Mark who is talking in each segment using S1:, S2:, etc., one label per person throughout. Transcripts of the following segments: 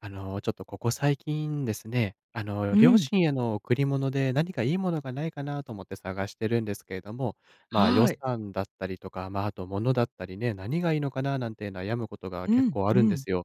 S1: ちょっとここ最近ですね、
S2: う
S1: 両
S2: ん、
S1: 親への贈り物で何かいいものがないかなと思って探してるんですけれども、まあ、予
S2: はい。
S1: 算だったりとか、まあ、あと物だったりね、何がいいのかななんて悩むことが
S2: う
S1: 結
S2: ん、
S1: 構あ
S2: う
S1: るんで
S2: ん。
S1: すよ。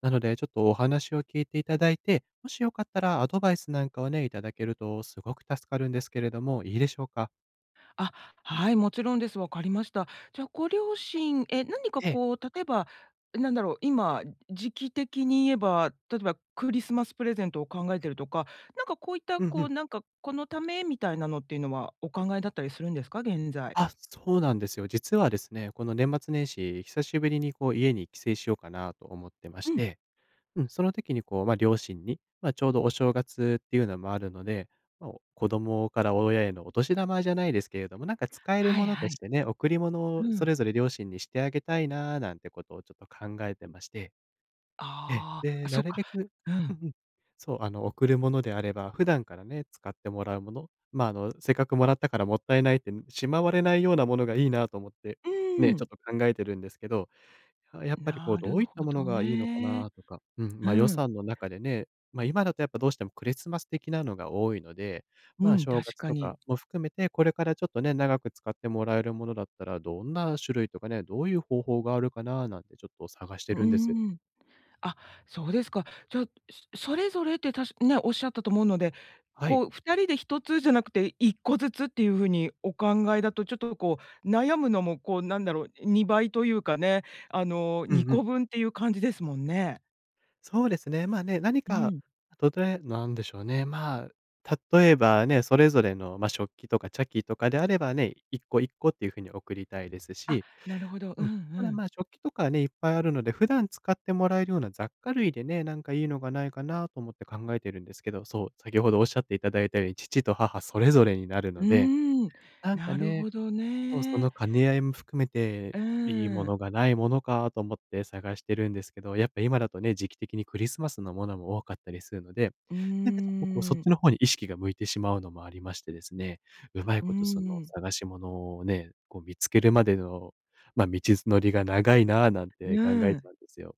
S1: なので、ちょっとお話を聞いていただいて、もしよかったらアドバイスなんかをね、いただけるとすごく助かるんですけれども、いいでしょうか？
S2: あ、はい、もちろんです。わかりました。じゃあ、ご両親、何か
S1: ええ、
S2: こう、例えば、なんだろう、今、時期的に言えば、例えばクリスマスプレゼントを考えてるとか、なんかこういった、
S1: うんう
S2: こう、
S1: ん。
S2: なんか、このためみたいなのっていうのはお考えだったりするんですか？現在。
S1: あ、そうなんですよ。実はですね、この年末年始、久しぶりにこう家に帰省しようかなと思ってまし
S2: うん。
S1: て。うん、その時にこう、まあ、両親に、まあ、ちょうどお正月っていうのもあるので、まあ、お子供から親へのお年玉じゃないですけれども、なんか使える
S2: は
S1: も
S2: い
S1: のと
S2: は
S1: し
S2: い。
S1: てね、贈り物を
S2: う
S1: そ
S2: ん。
S1: れぞれ両親にしてあげたいななんてことをちょっと考えてまして、ええ、
S2: ああ、
S1: で、
S2: あ、
S1: な
S2: そっ
S1: る
S2: か。
S1: べく
S2: う
S1: うん
S2: ん。
S1: うん。そう、贈るものであれば、普段からね、使ってもらうもの、まあ、せっかくもらったからもったいないって、しまわれないようなものがいいなと思って、
S2: う
S1: ね、
S2: ー
S1: ち
S2: ん。
S1: ょっと考えてるんですけど、やっぱりこう、
S2: な
S1: ど
S2: る
S1: ういった
S2: ほ
S1: もの
S2: ど
S1: がいいのか
S2: ね。
S1: なとか、うん、
S2: う
S1: ま、予
S2: ん。
S1: 算の中でね、ま、今だとやっぱどうしてもクリスマス的なのが多いので、
S2: う
S1: まあ、
S2: ん、
S1: 正
S2: 確
S1: 月
S2: か
S1: と
S2: に。
S1: かも含めて、これからちょっとね、長く使ってもらえるものだったら、どんな種類とかね、どういう方法があるかななんてちょっと探して
S2: う
S1: るんです。
S2: ーん。あ、そうですか。じゃあ、それぞれってたしね、おっしゃったと思うので、
S1: はい。
S2: こう2人で1つじゃなくて1個ずつっていう風にお考えだと、ちょっとこう悩むのもこうなんだろう、2倍というかね、あの
S1: うんう
S2: 2
S1: ん。
S2: 個分っていう感じですもんね。
S1: そうですね、まあね、何
S2: う
S1: か、
S2: ん。
S1: なんでしょうね、まあ、例えばね、それぞれの、まあ、食器とか茶器とかであればね、一個一個っていう風に送りたいです
S2: あ、
S1: し、
S2: なるほど。う
S1: う
S2: んう
S1: ん。ただ、
S2: ん。
S1: 食器とかね、いっぱいあるので、普段使ってもらえるような雑貨類でね、なんかいいのがないかなと思って考えてるんですけど、そう、先ほどおっしゃっていただいたように、父と母それぞれになる
S2: う
S1: ので、
S2: ーん、
S1: なんか
S2: なる
S1: ね
S2: ほど
S1: そう、そ
S2: ね。
S1: の兼ね合いも含めて、
S2: う
S1: いいも
S2: ーん。
S1: のがないものかと思って探してるんですけど、やっぱ今だとね、時期的にクリスマスのものも多かったりするので、
S2: う
S1: なんか
S2: ー
S1: ちょっとこう、そっち
S2: ん。
S1: の方に意識が向いてしまうのもありましてですね、うまい
S2: う
S1: ことその
S2: ーん。
S1: 探し物をね、こう見つけるまでの、まあ、道のりが長いなあなん
S2: う
S1: て考
S2: ー
S1: え
S2: ん。
S1: ちゃうんですよ。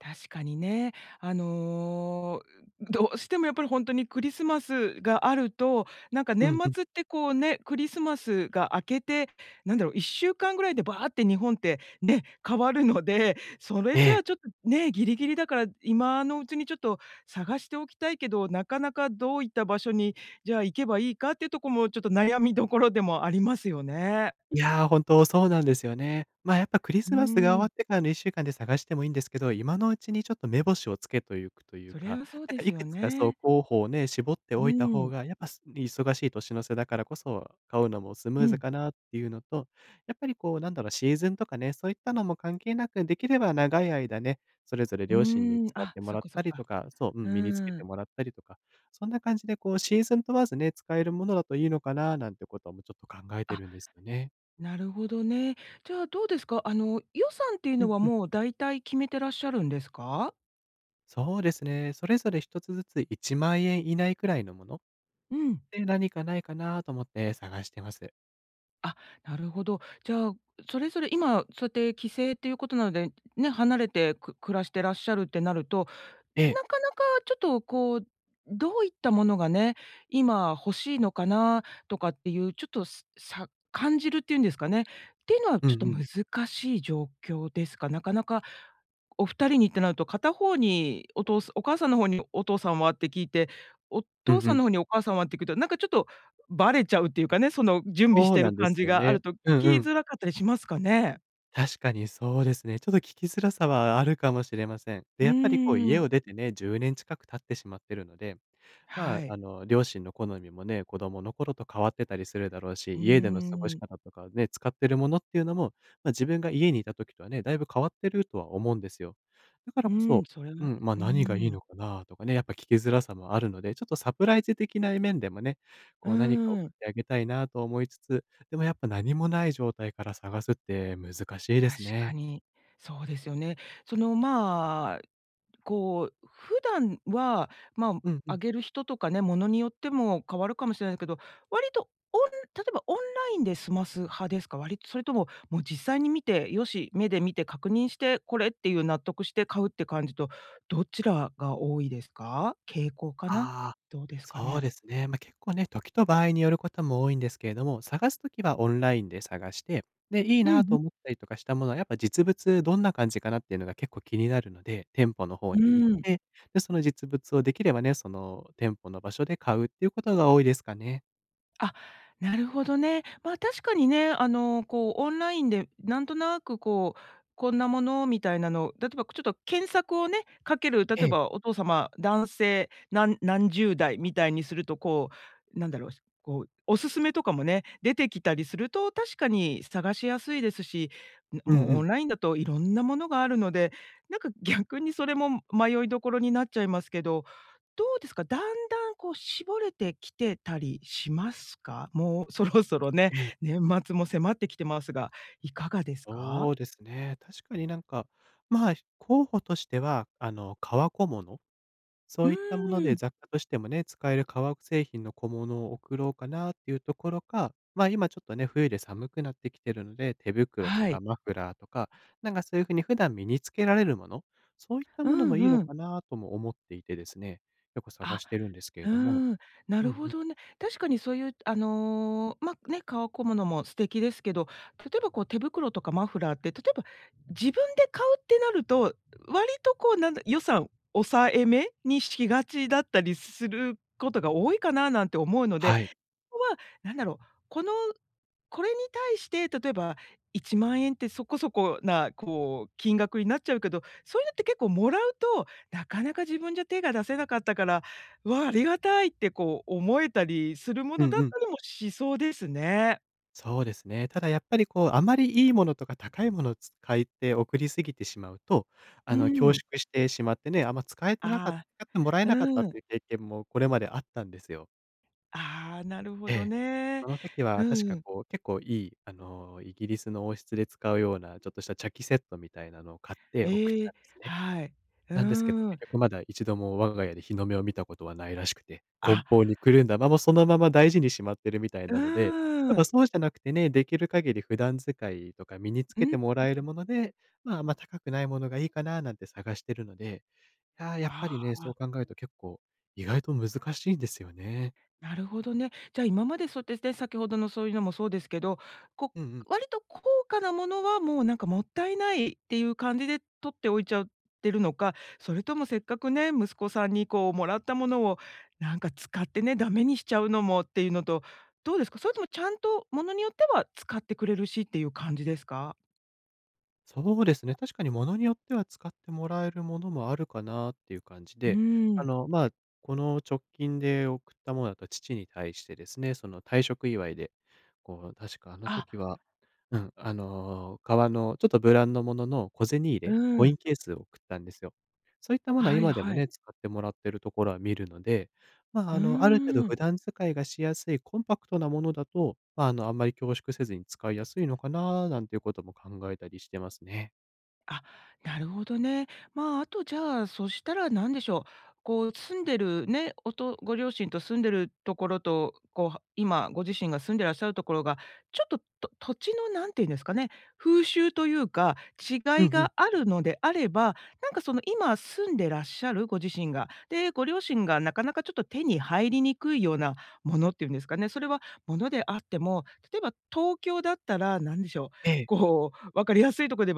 S2: 確かにね。あの、どうしてもやっぱり本当にクリスマスがあると、なんか
S1: う
S2: 年
S1: んうん。
S2: 末ってこうね、クリスマスが明けて、なんだろう、1週間ぐらいでバーって日本ってね、変わるので、それ
S1: え
S2: じゃあ
S1: え。
S2: ちょっとね、ギリギリだから今のうちにちょっと探しておきたいけど、なかなかどういった場所に、じゃあ行けばいいかっていうとこもちょっと悩みどころでもありますよね。
S1: いやー、本当そうなんですよね。やっぱクリス
S2: う
S1: マスが終わっ
S2: ん、
S1: てからの1週間で探してもいいんですけど、今のうちにちょっと目星をつけといくという
S2: それ
S1: か、
S2: はそう
S1: なん
S2: で
S1: かい
S2: す
S1: く
S2: よ
S1: つかそう
S2: ね。
S1: 候補をね、絞って
S2: う
S1: おいた方
S2: ん、
S1: が、やっぱ忙しい年の瀬だからこそ、買うのもスム
S2: う
S1: ーズ
S2: ん。
S1: かなっていうのと、やっぱりこうなんだろう、シーズンとかね、そういったのも関係なく、できれば長い間ね、それぞれ
S2: う
S1: 両親に
S2: ーん、
S1: 使っ
S2: あ、
S1: ても
S2: そ
S1: ら
S2: っ
S1: っ
S2: かそ
S1: た
S2: っ
S1: り
S2: か。
S1: とか、そう、う
S2: う
S1: ん、身につけ
S2: ー
S1: て
S2: ん。
S1: もらったりとか、そんな感じでこうシーズン問わずね、使えるものだといいのかななんてこともちょっと考えて
S2: あ、
S1: るんですよね。
S2: なるほどね。じゃあどうですか？あの、予算っていう
S1: う
S2: の
S1: ん
S2: は
S1: うん。
S2: もう大体決めてらっしゃるんですか？
S1: そうですね。それぞれ一つずつ1万円以内くらいのもの
S2: うん。
S1: で、何かないかなと思って探してます。
S2: あ、なるほど。じゃあ、それぞれ今そうやって帰省っていうことなので、ね、離れてく暮らしてらっしゃるってなると、
S1: え
S2: な
S1: え。
S2: かなかちょっとこう、どういったものがね、今欲しいのかなとかっていう、ちょっと、すさ感じるっていうんですかね。っていうのは
S1: うん
S2: ちょっと
S1: うん。
S2: 難しい状況ですか？なかなかお二人にってなると、片方にお父さんお母さんの方にお父さんはって聞いて、お
S1: うん
S2: 父
S1: う
S2: さん
S1: ん。
S2: の方にお母さんはって聞くと、なんかちょっとバレちゃうっていうかね、その準備し
S1: そう
S2: て
S1: な
S2: る
S1: んで
S2: 感
S1: す
S2: じ
S1: よ
S2: があ
S1: ね。
S2: ると聞
S1: うん
S2: き
S1: うん。
S2: づらかったりしますかね？
S1: 確かにそうですね。ちょっと聞きづらさはあるかもしれません。で、
S2: う
S1: やっぱりこう
S2: ー
S1: 家
S2: ん、
S1: を出てね、10年近く経ってしまってるので、まあ、
S2: はい。
S1: 両親の好みもね、子供の頃と変わってたりするだろうし、
S2: うー
S1: 家での過ごし
S2: ん、
S1: 方とかね、使ってるものっていうのも、まあ、自分が家にいた時とはね、だいぶ変わってるとは思うんですよ。だから
S2: う
S1: こ
S2: ー
S1: そ、
S2: ん、それ
S1: う
S2: は
S1: ん、ま、
S2: うー
S1: 何がいい
S2: ん、
S1: のかなとかね、やっぱ聞きづらさもあるので、ちょっとサプライズ的な面でもね、
S2: う
S1: こう何か送
S2: ーん、
S1: ってあげたいなと思いつつ、でもやっぱ何もない状態から探すって難しいで
S2: 確
S1: す
S2: か
S1: ね。
S2: に、そうですよね。その、まあこう、普段は、ま、
S1: うんう
S2: ああ
S1: ん。
S2: げる人とかね、ものによっても変わるかもしれないですけど、割とオン例えばオンラインで済ます派ですか？割とそれとも、もう実際に見て、よし、目で見て確認して、これっていう納得して買うって感じと、どちらが多いですか？傾向かな？
S1: ああ、
S2: どうですか
S1: そう
S2: ね？
S1: ですね。まあ、結構ね、時と場合によることも多いんですけれども、探すときはオンラインで探して、で、いい
S2: うんう
S1: なと
S2: ん。
S1: 思ったりとかしたものは、やっぱ実物どんな感じかなっていうのが結構気になるので、店舗の方
S2: う
S1: に行っ
S2: ーん。
S1: て、で、その実物をできればね、その店舗の場所で買うっていうことが多いですかね。
S2: あ、なるほどね。まあ、確かにね、あの、こう、オンラインでなんとなく、こう、こんなものみたいなの、例えばちょっと検索をね、かける、例
S1: え
S2: え
S1: え。
S2: ばお父様、男性、何十代みたいにすると、こう、なんだろう、こう、おすすめとかもね、出てきたりすると、確かに探しやすいですし、ん、
S1: うんう
S2: もうオ
S1: ん。
S2: ンラインだといろんなものがあるので、なんか逆にそれも迷いどころになっちゃいますけど、どうですか？だんだんこう絞れてきてたりしますか？もうそろそろね、
S1: ええ、
S2: 年末も迫ってきてますが、いかがですか？
S1: そうですね。確かになんか、まあ、候補としては、革小物、そ
S2: う
S1: ういったもの
S2: ー
S1: で
S2: ん。
S1: 雑貨としてもね、使える化学製品の小物を送ろうかなっていうところか、まあ、今ちょっとね、冬で寒くなってきてるので、手袋と
S2: は
S1: か
S2: い。
S1: マフラーとか、なんかそういうふうに普段身につけられるもの、そういった
S2: う
S1: ものも
S2: ん
S1: いいの
S2: うん。
S1: かなとも思っていてですね、よく探
S2: あ、
S1: してるんですけれ
S2: うー
S1: ども。
S2: ん、な
S1: うんう
S2: るほ
S1: ん。
S2: どね。確かにそういうあの、ま、ね、革小物も素敵ですけど、例えばこう手袋とかマフラーって、例えば自分で買うってなると、割とこうなんだ、予算抑えめにしがちだったりすることが多いかななんて思うので
S1: はい。
S2: こは、なんだろう、これに対して、例えば1万円ってそこそこな、こう、金額になっちゃうけど、そういうのって結構もらうと、なかなか自分じゃ手が出せなかったから、わ、ありがたいってこう思えたりするも
S1: う
S2: のだ
S1: ん
S2: っ
S1: うん。
S2: たりもしそうですね。
S1: そうですね。ただやっぱりこう、あまりいいものとか高いものを使いて送りすぎてしまうと、
S2: う
S1: 恐
S2: ん。
S1: 縮してしまってね、
S2: あ
S1: 使ってもらえ
S2: あ、
S1: なかったっ
S2: うん。
S1: ていう経験もこれまであったんですよ。
S2: ああ、なるほ
S1: え
S2: ど
S1: え。そ
S2: ね。
S1: の時は確か
S2: うん。
S1: こう、結構いい、イギリスの王室で使うような、ちょっとした茶器セットみたいなのを買って送っ
S2: え
S1: たん
S2: え、
S1: ですね。
S2: はい。うー
S1: なんですけど、
S2: ん。
S1: 結局まだ一度も我が家で日の目を見たことはないらしくて、梱
S2: あ、
S1: 包にくるんだまま、そのまま大事にしまってるみたい
S2: う
S1: なので、やっ
S2: ー
S1: ぱ
S2: ん。
S1: そうじゃなくてね、できる限り普段使いとか身につ
S2: う
S1: け
S2: ん。
S1: てもらえるもので、まあ、あんま高くないものがいいかななんて探してるので、いや、やっぱり
S2: あ
S1: ね、そう考えると結構、意外と難しいんですよね。
S2: なるほどね。じゃあ今までそうですね、先ほどのそういうのもそうですけど、こ
S1: うんう
S2: う、
S1: ん。
S2: 割と高価なものはもうなんかもったいないっていう感じで取っておいちゃってるのか、それともせっかくね、息子さんにこうもらったものをなんか使ってね、ダメにしちゃうのもっていうのと、どうですか？それともちゃんとものによっては使ってくれるしっていう感じですか？
S1: そうですね、確かに物によっては使ってもらえるものもあるかなっていう感じ
S2: う
S1: で、
S2: ーん。
S1: まあ、この直近で送ったものだと父に対してですね、その退職祝いで、こう、確かあの
S2: あ、
S1: 時はうん、革のちょっとブランドものの小銭入れ、コ
S2: う
S1: イ
S2: ん。
S1: ンケースを送ったんですよ。そういったものは
S2: はい
S1: 今でも
S2: はい。
S1: ね、使ってもらってるところは見るので、まあ、
S2: う
S1: ある程度
S2: ーん。
S1: 普段使いがしやすいコンパクトなものだと、まあ、あんまり恐縮せずに使いやすいのかななんていうことも考えたりしてますね。
S2: あ、なるほどね。まあ、あとじゃあ、そしたら何でしょう。こう住んでるね、ご両親と住んでるところと、こう、は今ご自身が住んでらっしゃるところが、ちょっと、土地の何て言うんですかね、風習というか、
S1: う
S2: 違い
S1: んう
S2: が
S1: ん。
S2: あるのであれば、なんかその今住んでらっしゃるご自身が、で、ご両親がなかなかちょっと手に入りにくいようなものっていうんですかね、それはものであっても、例えば東京だったら何でしょう、
S1: ええ。
S2: こう分かりやすいところで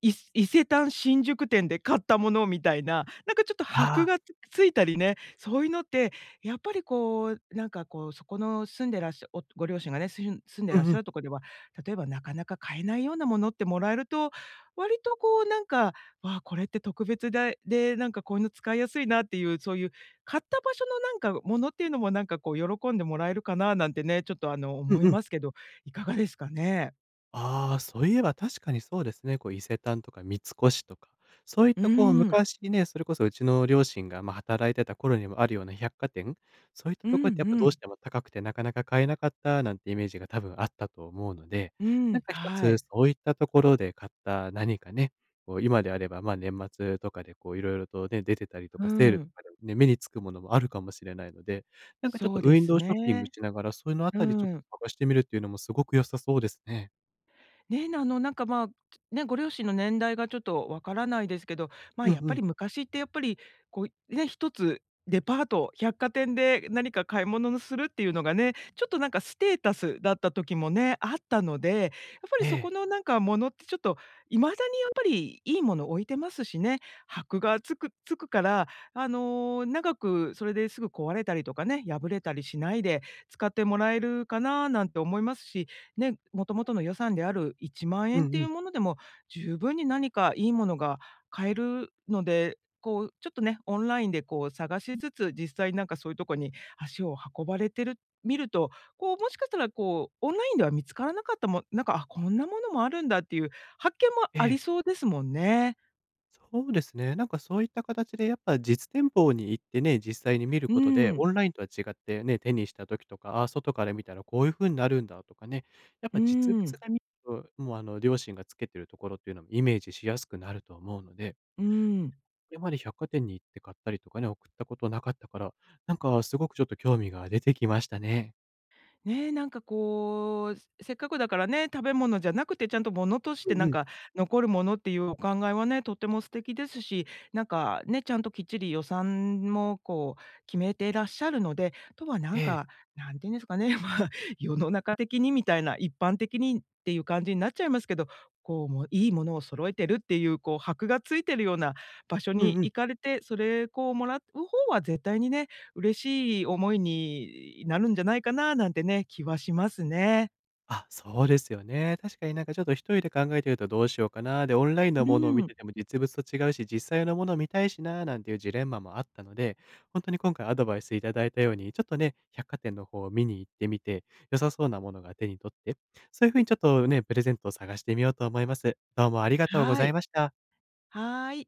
S2: 伊勢丹新宿店で買ったものみたいな、なんかちょっと
S1: あ
S2: 箔
S1: あ。
S2: がつついたりね、そういうのって、やっぱりこう、なんかこう、そこの住んでらっしゃおご両親がね、住んで
S1: う
S2: ら
S1: ん
S2: っ
S1: う
S2: し
S1: ん。
S2: ゃるとこでは、例えばなかなか買えないようなものってもらえると、割とこうなんか、わ、これって特別で、なんかこういうの使いやすいなっていう、そういう買った場所のなんかものっていうのもなんかこう喜んでもらえるかななんてね、ちょっとあの
S1: う
S2: 思
S1: ん
S2: い
S1: うん。
S2: ますけど、いかがですかね？
S1: ああ、そういえば確かにそうですね。こう伊勢丹とか三越とか、そういっ
S2: う
S1: たこう
S2: ーん。
S1: 昔ね、それこそうちの両親が、ま、働いてた頃にもあるような百貨店、そういった
S2: うん
S1: ところってやっぱ
S2: う
S1: どうし
S2: ん。
S1: ても高くてなかなか買えなかったなんてイメージが多分あったと思うので、
S2: う
S1: な
S2: ん、
S1: んか一
S2: は
S1: つ
S2: い。
S1: そういったところで買った何かね、こう今であれば、年末とかでこういろいろとね、出てたりと
S2: う
S1: か、セールと
S2: ん。
S1: かでね、目につくものもあるかもしれないので、なんかちょっ
S2: そ
S1: と
S2: う
S1: ウ
S2: で
S1: ィン
S2: す
S1: ドウショッピングし
S2: ね。
S1: ながら、そういうのあ
S2: う
S1: たりちょっ
S2: ん。
S1: と探してみるっていうのもすごく良さそうですね。
S2: ね、あの、なんか、まあ、ね、ご両親の年代がちょっとわからないですけど、まあ、
S1: うん
S2: やっ
S1: う
S2: ぱ
S1: ん。
S2: り昔ってやっぱり、こう、ね、一つデパート、百貨店で何か買い物をするっていうのがね、ちょっとなんかステータスだった時もね、あったので、やっぱ
S1: え
S2: りそ
S1: え。
S2: このなんかものってちょっと、まだにやっぱりいいもの置いてますしね、箔がつくから、あの、長くそれですぐ壊れたりとかね、破れたりしないで使ってもらえるかななんて思いますし、ね、もともとの予算である1万
S1: う
S2: 円っ
S1: ん
S2: て
S1: う
S2: い
S1: ん。
S2: うものでも、十分に何かいいものが買えるので、こうちょっとね、オンラインでこう探しつつ、実際なんかそういうとこに足を運ばれてる見ると、こうもしかしたらこうオンラインでは見つからなかったもんなんか、あ、こんなものもあるんだっていう発見も
S1: え
S2: あ
S1: え。
S2: りそうですもんね。
S1: そうですね。なんかそういった形でやっぱ実店舗に行ってね、実際に見る
S2: う
S1: ことで、
S2: ん、
S1: オンラインとは違ってね、手にした時とか、ああ、外から見たらこういう風になるんだとかね、やっ
S2: う
S1: ぱ実物
S2: ん、
S1: が見ると、もうあの、両親がつけてるところっていうのもイメージしやすくなると思うので、
S2: うん。
S1: これまで百貨店に行って買ったりとかね、送ったことなかったから、なんかすごくちょっと興味が出てきましたね。
S2: ねえ、なんかこう、せっかくだからね、食べ物じゃなくてちゃんと物とし
S1: う
S2: て
S1: ん
S2: な
S1: う
S2: ん
S1: ん。
S2: か残るものっていうお考えはね、とても素敵ですし、なんかね、ちゃんときっちり予算もこう決めていらっしゃるので、あとはな
S1: え
S2: ん
S1: え。
S2: か、なんていうんですかね、まあ、世の中的にみたいな、一般的にっていう感じになっちゃいますけど、こうもういいものを揃えてるっていうこう箔がついてるような場所
S1: うん
S2: に
S1: うん。
S2: 行かれて、それこうもらう方は絶対にね、嬉しい思いになるんじゃないかななんてね、気はしますね。
S1: あ、そうですよね。確かになんかちょっと一人で考えてるとどうしようかな、で、オンラインのものを見
S2: うん。
S1: てても実物と違うし、実際のものを見たいしな、なんていうジレンマもあったので、本当に今回アドバイスいただいたように、ちょっとね、百貨店の方を見に行ってみて、良さそうなものが手に取って、そういう風にちょっとね、プレゼントを探してみようと思います。どうもありがとうご
S2: は
S1: ざい
S2: い。
S1: ました。
S2: はい。